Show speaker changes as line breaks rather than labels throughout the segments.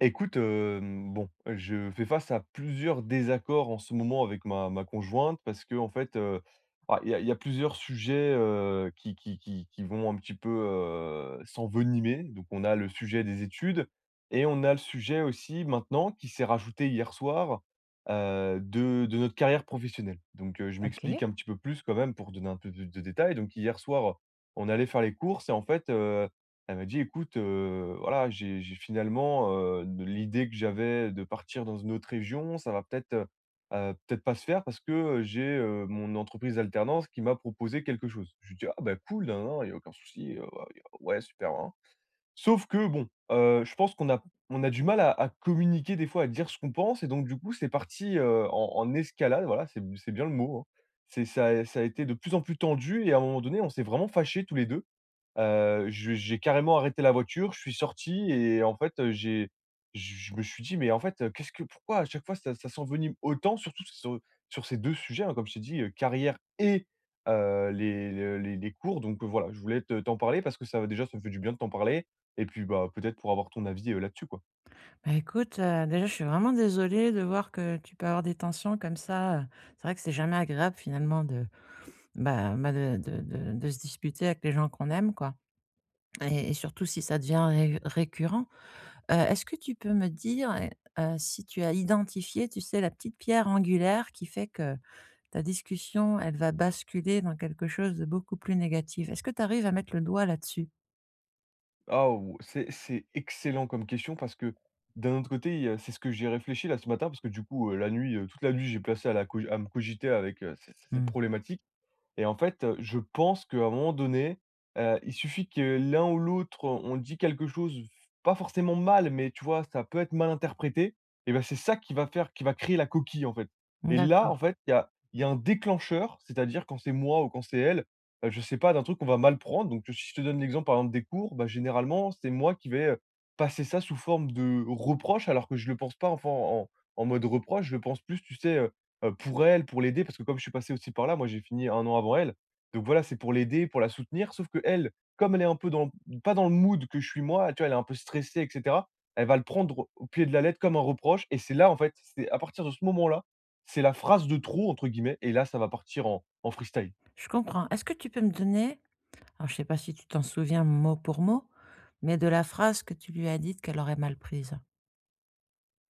Écoute, bon, je fais face à plusieurs désaccords en ce moment avec ma conjointe parce que en fait, bah, il y a plusieurs sujets, qui vont un petit peu, s'envenimer. Donc on a le sujet des études et on a le sujet aussi maintenant qui s'est rajouté hier soir, de notre carrière professionnelle. Donc je
OK.
m'explique un petit peu plus quand même pour donner un peu plus de détails. Donc hier soir, on allait faire les courses et en fait, elle m'a dit: «Écoute, voilà, j'ai finalement, de l'idée que j'avais de partir dans une autre région, ça va peut-être, peut-être pas se faire parce que, j'ai, mon entreprise d'alternance qui m'a proposé quelque chose». Je lui dis: «Ah bah cool, nin il y a aucun souci, ouais, ouais, super, nin Sauf que bon, je pense qu'on a du mal à communiquer des fois, à dire ce qu'on pense et donc du coup, c'est parti, en escalade, voilà, c'est bien le mot, hein. C'est ça a ça a été de plus en plus tendu et à un moment donné, on s'est vraiment fâchés tous les 2. Je J'ai carrément arrêté la voiture, je suis sorti et en fait, j'ai je me suis dit: «Mais en fait, qu'est-ce que pourquoi à chaque fois ça s'envenime autant?» surtout sur ces 2 sujets, hein, comme je t'ai dit, carrière et les le les cours donc voilà, je voulais te t'en parler parce que ça déjà, ça me fait du bien de t'en parler et puis, bah, peut-être pour avoir ton avis, là-dessus, quoi.
Bah, écoute, déjà, je suis vraiment désolée de voir que tu peux avoir des tensions comme ça. C'est vrai que c'est jamais agréable finalement de, de se disputer avec les gens qu'on aime, quoi, et surtout si ça devient ré récurrent. Est-ce que tu peux me dire, si tu as identifié, tu sais, la petite pierre angulaire qui fait que ta discussion, elle va basculer dans quelque chose de beaucoup plus négatif? Est-ce que tu arrives à mettre le doigt là-dessus?
Ah ou C'est excellent comme question parce que d'un autre côté, c'est ce que j'ai réfléchi là ce matin parce que du coup, la nuit, toute la nuit, j'ai placé à me cogiter avec, c c cette
Mmh.
problématique. Et en fait, je pense qu'à un moment donné, il suffit que l'un ou l'autre, on dit quelque chose, pas forcément mal, mais tu vois, ça peut être mal interprété et ben, c'est ça qui va faire qui va créer la coquille, en fait. Et là, en
D'accord,
fait, il y a un déclencheur, c'est-à-dire quand c'est moi ou quand c'est elle, je sais pas, d'un truc qu'on va mal prendre. Donc si je te donne l'exemple, par exemple, des cours, bah, généralement, c'est moi qui vais, passer ça sous forme de reproche alors que je le pense pas en en mode reproche, je le pense plus, tu sais, pour elle, pour l'aider, parce que comme je suis passé aussi par là, moi j'ai fini un an avant elle. Donc voilà, c'est pour l'aider, pour la soutenir, sauf que elle, comme elle est un peu dans pas dans le mood que je suis moi, tu vois? Elle est un peu stressée et cetera. Elle va le prendre au pied de la lettre comme un reproche et c'est là, en fait, c'est à partir de ce moment-là, c'est la phrase de trop entre guillemets et là, ça va partir en freestyle.
je comprends. Est-ce que tu peux me donner. Alors je sais pas si tu t'en souviens mot pour mot, mais de la phrase que tu lui as dite qu'elle aurait mal prise?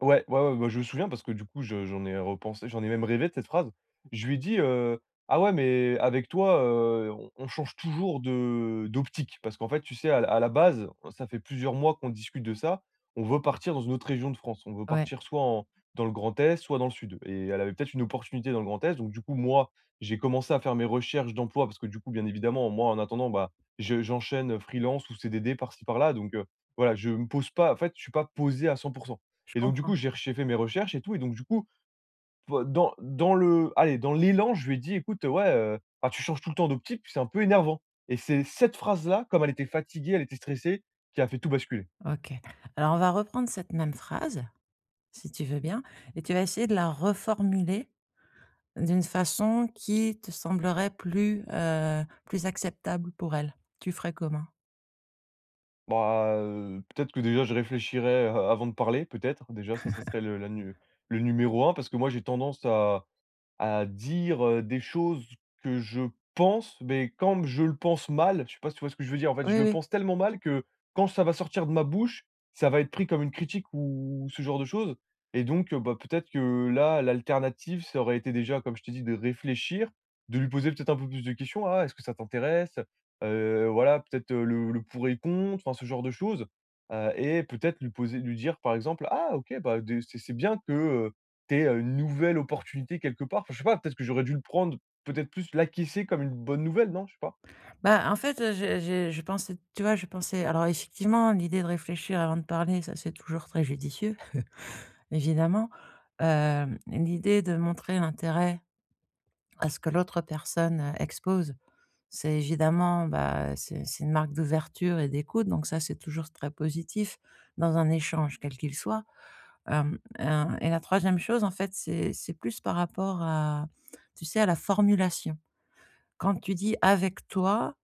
Ouais, ouais, ouais, bah, je me souviens parce que du coup, je j'en ai repensé, j'en ai même rêvé de cette phrase. Je lui ai dit: «Ah ouais, mais avec toi, on change toujours de d'optique». Parce qu'en fait, tu sais, à la base, ça fait plusieurs mois qu'on discute de ça. On veut partir dans une autre région de France. On veut
Ouais.
partir soit en dans le Grand Est, soit dans le Sud et elle avait peut-être une opportunité dans le Grand Est. Donc du coup, moi, j'ai commencé à faire mes recherches d'emploi parce que du coup, bien évidemment, moi, en attendant, bah, je j'enchaîne freelance ou CDD par-ci par-là. Donc voilà, je me pose pas en fait, je suis pas posé à 100
Je
et donc du
comprends.
coup, j'ai fait mes recherches et tout et donc du coup, p dans dans le allez, dans l'élan, je lui ai dit: «Écoute, ouais, enfin, tu changes tout le temps d'optique, puis c'est un peu énervant» et c'est cette phrase-là, comme elle était fatiguée, elle était stressée, qui a fait tout basculer.
OK. Alors on va reprendre cette même phrase, si tu veux bien, et tu vas essayer de la reformuler d'une façon qui te semblerait plus, plus acceptable pour elle. Tu ferais comment?
Bah, peut-être que déjà je réfléchirais, avant de parler, peut-être déjà, ça serait le la nu le numéro un parce que moi j'ai tendance à dire, des choses que je pense, mais quand je le pense mal, je sais pas si tu vois ce que je veux dire? En fait, je
Oui,
le
oui.
pense tellement mal que quand ça va sortir de ma bouche, ça va être pris comme une critique ou ce genre de choses et donc, bah, peut-être que là, l'alternative, ça aurait été déjà, comme je t'ai dit, de réfléchir, de lui poser peut-être un peu plus de questions. «Ah, est-ce que ça t'intéresse?» Voilà, peut-être, le pour et contre, enfin, ce genre de choses, et peut-être lui dire, par exemple: «Ah OK, bah, de c'est bien que, tu es, une nouvelle opportunité quelque part. Enfin, je sais pas, peut-être que j'aurais dû le prendre, peut-être plus l'acquiescer comme une bonne nouvelle, non? Je sais pas?
Bah, en fait, je pensais, tu vois, je pensais, alors effectivement, l'idée de réfléchir avant de parler, ça c'est toujours très judicieux, évidemment. Hem, l'idée de montrer l'intérêt à ce que l'autre personne, expose. C'est évidemment, bah, c'est une marque d'ouverture et d'écoute, donc ça, c'est toujours très positif dans un échange, quel qu'il soit. Hem, et la troisième chose, en fait, c'est plus par rapport à, tu sais, à la formulation. Quand tu dis: «Avec toi»,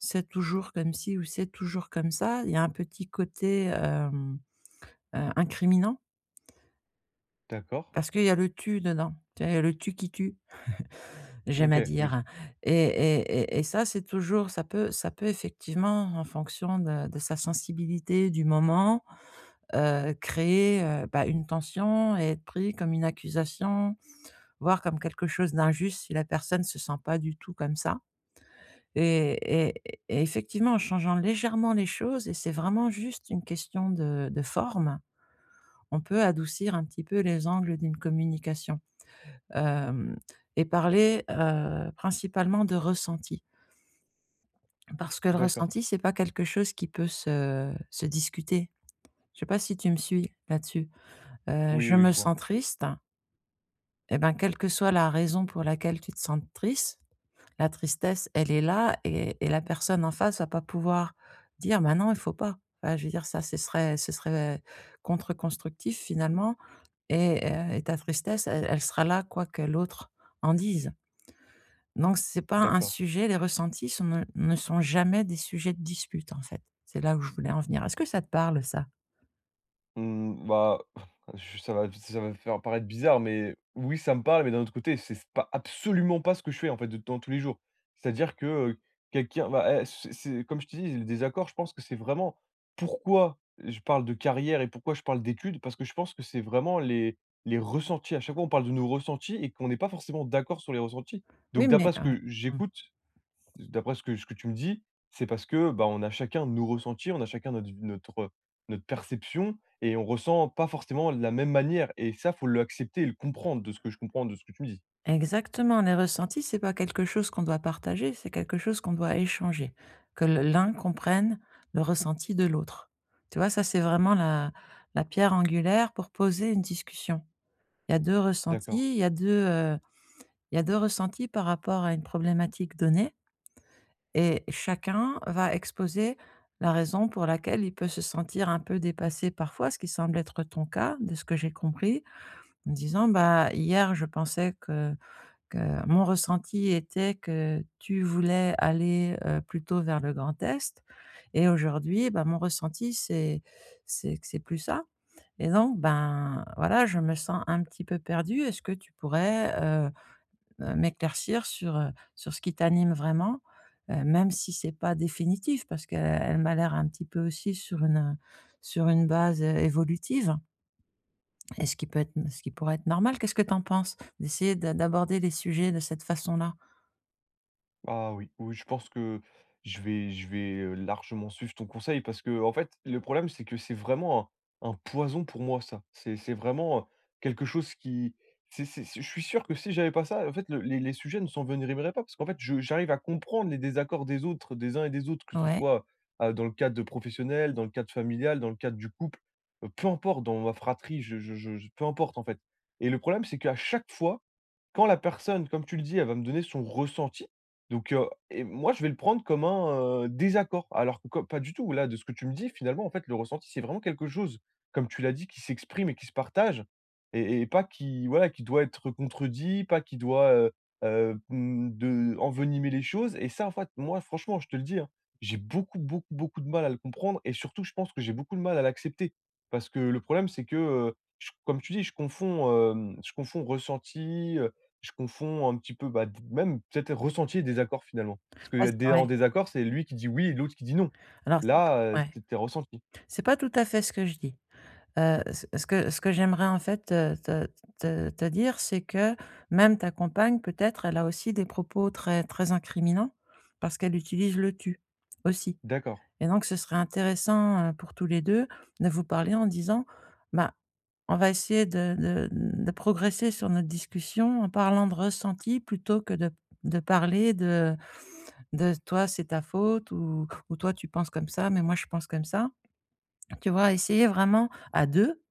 «C'est toujours comme si» ou «C'est toujours comme ça», il y a un petit côté, hem, incriminant,
D'accord.
parce qu'il y a le «tu» dedans. Tu vois? Il y a le «tu qui tue». J'aime à
OK, oui.
dire. Et et ça, c'est toujours, ça peut, ça peut effectivement, en fonction de sa sensibilité du moment, créer, bah, une tension et être pris comme une accusation, voire comme quelque chose d'injuste si la personne se sent pas du tout comme ça, et et et effectivement, en changeant légèrement les choses, et c'est vraiment juste une question de forme, on peut adoucir un petit peu les angles d'une communication, hem, et parler, principalement de ressenti. Parce que le
D'accord.
ressenti, c'est pas quelque chose qui peut se discuter. Je sais pas si tu me suis là-dessus?
Oui,
Je
oui,
me
je vois.
sens triste, et ben, quelle que soit la raison pour laquelle tu te sens triste, la tristesse, elle est là, et la personne en face va pas pouvoir dire: «Bah, non, il faut pas». Enfin, je veux dire, ça, ce serait contre-constructif finalement. Et et ta tristesse, elle, sera là quoi que l'autre en dise. Donc c'est pas un
D'accord.
sujet, les ressentis sont, ne sont jamais des sujets de dispute, en fait. C'est là où je voulais en venir. Est-ce que ça te parle, ça?
Mmh, bah, je ça va faire paraître bizarre, mais oui, ça me parle, mais d'un autre côté, c'est pas absolument pas ce que je fais, en fait, de dans tous les jours. C'est-à-dire que, c'est comme je te dis, le désaccord, je pense que c'est vraiment pourquoi je parle de carrière et pourquoi je parle d'études, parce que je pense que c'est vraiment les ressentis. À chaque fois, on parle de nos ressentis et qu'on n'est pas forcément d'accord sur les ressentis.
Oui,
Donc
mais
d'après ce
ouais.
que
Mmh.
j'écoute, D'après ce que tu me dis, c'est parce que, bah, on a chacun nos ressentis, on a chacun notre perception et on ressent pas forcément de la même manière et ça, faut l'accepter et le comprendre de ce que je comprends de ce que tu me dis.
Exactement, les ressentis, c'est pas quelque chose qu'on doit partager, c'est quelque chose qu'on doit échanger. Que le l'un comprenne le ressenti de l'autre. Tu vois? Ça, c'est vraiment la la pierre angulaire pour poser une discussion. Il y a 2
D'accord.
ressentis, il y a deux, il y a 2 ressentis par rapport à une problématique donnée. Et chacun va exposer la raison pour laquelle il peut se sentir un peu dépassé parfois, ce qui semble être ton cas, de ce que j'ai compris, en disant: «Bah, hier, je pensais que mon ressenti était que tu voulais aller, plutôt vers le Grand Est, et aujourd'hui, bah, mon ressenti, c'est que c'est plus ça, et donc, ben, voilà, je me sens un petit peu perdu. Est-ce que tu pourrais, m'éclaircir sur, sur ce qui t'anime vraiment, même si c'est pas définitif, parce qu'elle, elle m'a l'air un petit peu aussi sur une base, évolutive, et ce qui peut être, ce qui pourrait être normal. Qu'est-ce que tu en penses? D'essayer d'aborder les sujets de cette façon-là?
Ah oui, oui, je pense que je vais largement suivre ton conseil parce que, en fait, le problème, c'est que c'est vraiment un poison pour moi, ça. C'est vraiment quelque chose qui. Je suis sûr que si j'avais pas ça, en fait, les sujets ne s'envenimeraient pas parce qu'en fait, j'arrive à comprendre les désaccords des autres, des uns et des autres, que ce
Ouais.
soit dans le cadre de professionnel, dans le cadre familial, dans le cadre du couple, peu importe, dans ma fratrie, peu importe, en fait. Et le problème, c'est qu'à chaque fois, quand la personne, comme tu le dis, elle va me donner son ressenti, et moi, je vais le prendre comme un désaccord, alors que co pas du tout. Là, de ce que tu me dis, finalement, en fait, le ressenti, c'est vraiment quelque chose, comme tu l'as dit, qui s'exprime et qui se partage et pas qui, voilà, qui doit être contredit, pas qui doit, mmh, de envenimer les choses et ça, en fait, moi, franchement, je te le dis, hein, j'ai beaucoup, beaucoup, beaucoup de mal à le comprendre et surtout, je pense que j'ai beaucoup de mal à l'accepter parce que le problème, c'est que, je comme tu dis, je confonds ressenti, je confonds un petit peu, bah, d même peut-être ressenti et désaccord finalement. Parce
Ouais, c'est,
que y en
ouais.
désaccord, c'est lui qui dit oui et l'autre qui dit non.
Alors c'est,
Là,
ouais,
c'était ressenti.
c'est pas tout à fait ce que je dis. Ce que j'aimerais en fait te dire, c'est que même ta compagne peut-être, elle a aussi des propos très très incriminants parce qu'elle utilise le «tu» aussi,
D'accord.
et donc ce serait intéressant, pour tous les 2 de vous parler en disant: «Bah, on va essayer de progresser sur notre discussion en parlant de ressenti plutôt que de parler de "toi, c'est ta faute" ou "toi, tu penses comme ça, mais moi, je pense comme ça". Tu vois? Essayer vraiment à 2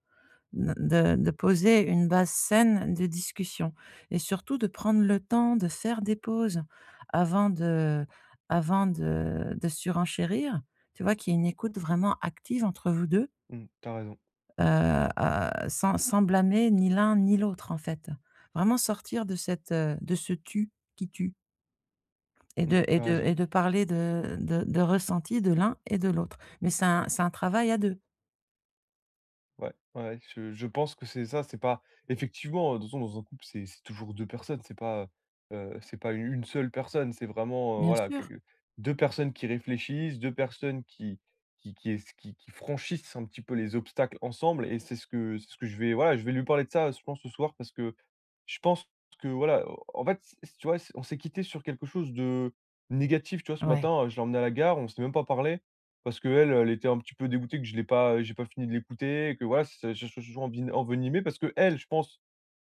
de poser une base saine de discussion, et surtout de prendre le temps de faire des pauses avant de, avant de surenchérir. Tu vois? Qu'il y a une écoute vraiment active entre vous deux,
Mmh, tu raison.
sans blâmer ni l'un ni l'autre, en fait. Vraiment sortir de cette, de ce «tu» qui tue, et
Mmh, tu raison.
de parler de ressenti de l'un et de l'autre. Mais c'est un travail à deux,
Ouais, ouais, ouais, je pense que c'est ça, c'est pas effectivement, de toute façon dans un couple, c'est toujours 2 personnes, c'est pas, heu u une seule personne, c'est vraiment,
bien
voilà
sûr.
que 2 personnes qui réfléchissent, 2 personnes qui es qui franchissent un petit peu les obstacles ensemble et c'est ce que je vais lui parler de ça, je pense ce soir parce que Je pense que voilà, en fait, c tu vois, on s'est quitté sur quelque chose de négatif, tu vois? Ce
Ouais.
matin, je l'ai emmenée à la gare, on s'est même pas parlé parce qu'elle, elle était un petit peu dégoûtée que je l'ai pas j'ai pas fini de l'écouter, que voilà, je suis toujours envenimé parce que elle, je pense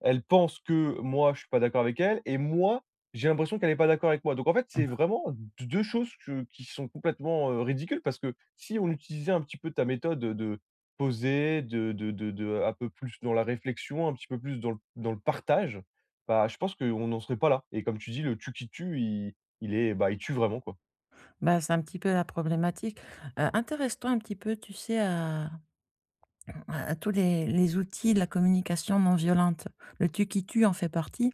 elle pense que moi, je suis pas d'accord avec elle et moi, j'ai l'impression qu'elle est pas d'accord avec moi. Donc en fait, c'est vraiment d 2 choses que qui sont complètement, ridicules parce que si on utilisait un petit peu ta méthode, de poser, de un peu plus dans la réflexion, un petit peu plus dans le partage, bah, je pense qu'on n'en serait pas là et comme tu dis, le «tu qui tue», il est, bah, il tue vraiment, quoi.
Bah, c'est un petit peu la problématique. Intéresse-toi un petit peu, tu sais, à tous les outils de la communication non violente. Le «tu qui tue» en fait partie,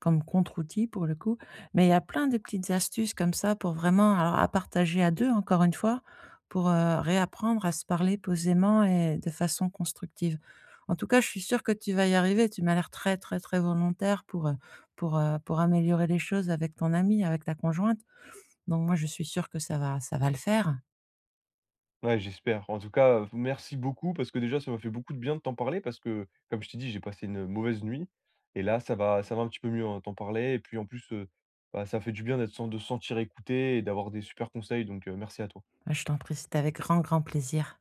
comme contre-outil pour le coup, mais il y a plein de petites astuces comme ça pour vraiment, alors, à partager à deux, encore une fois, pour, réapprendre à se parler posément et de façon constructive. En tout cas, je suis sûre que tu vas y arriver. Tu m'as l'air très, très, très volontaire pour améliorer les choses avec ton ami, avec ta conjointe, donc moi je suis sûre que ça va, ça va le faire.
Ouais, j'espère. En tout cas, merci beaucoup parce que déjà, ça m'a fait beaucoup de bien de t'en parler parce que, comme je t'ai dit, j'ai passé une mauvaise nuit et là, ça va un petit peu mieux en t'en parler et puis, en plus, bah, ça fait du bien d'être sen de se sentir écouté et d'avoir des super conseils donc merci à toi.
Ah, je t'en prie, c'était avec grand, grand plaisir.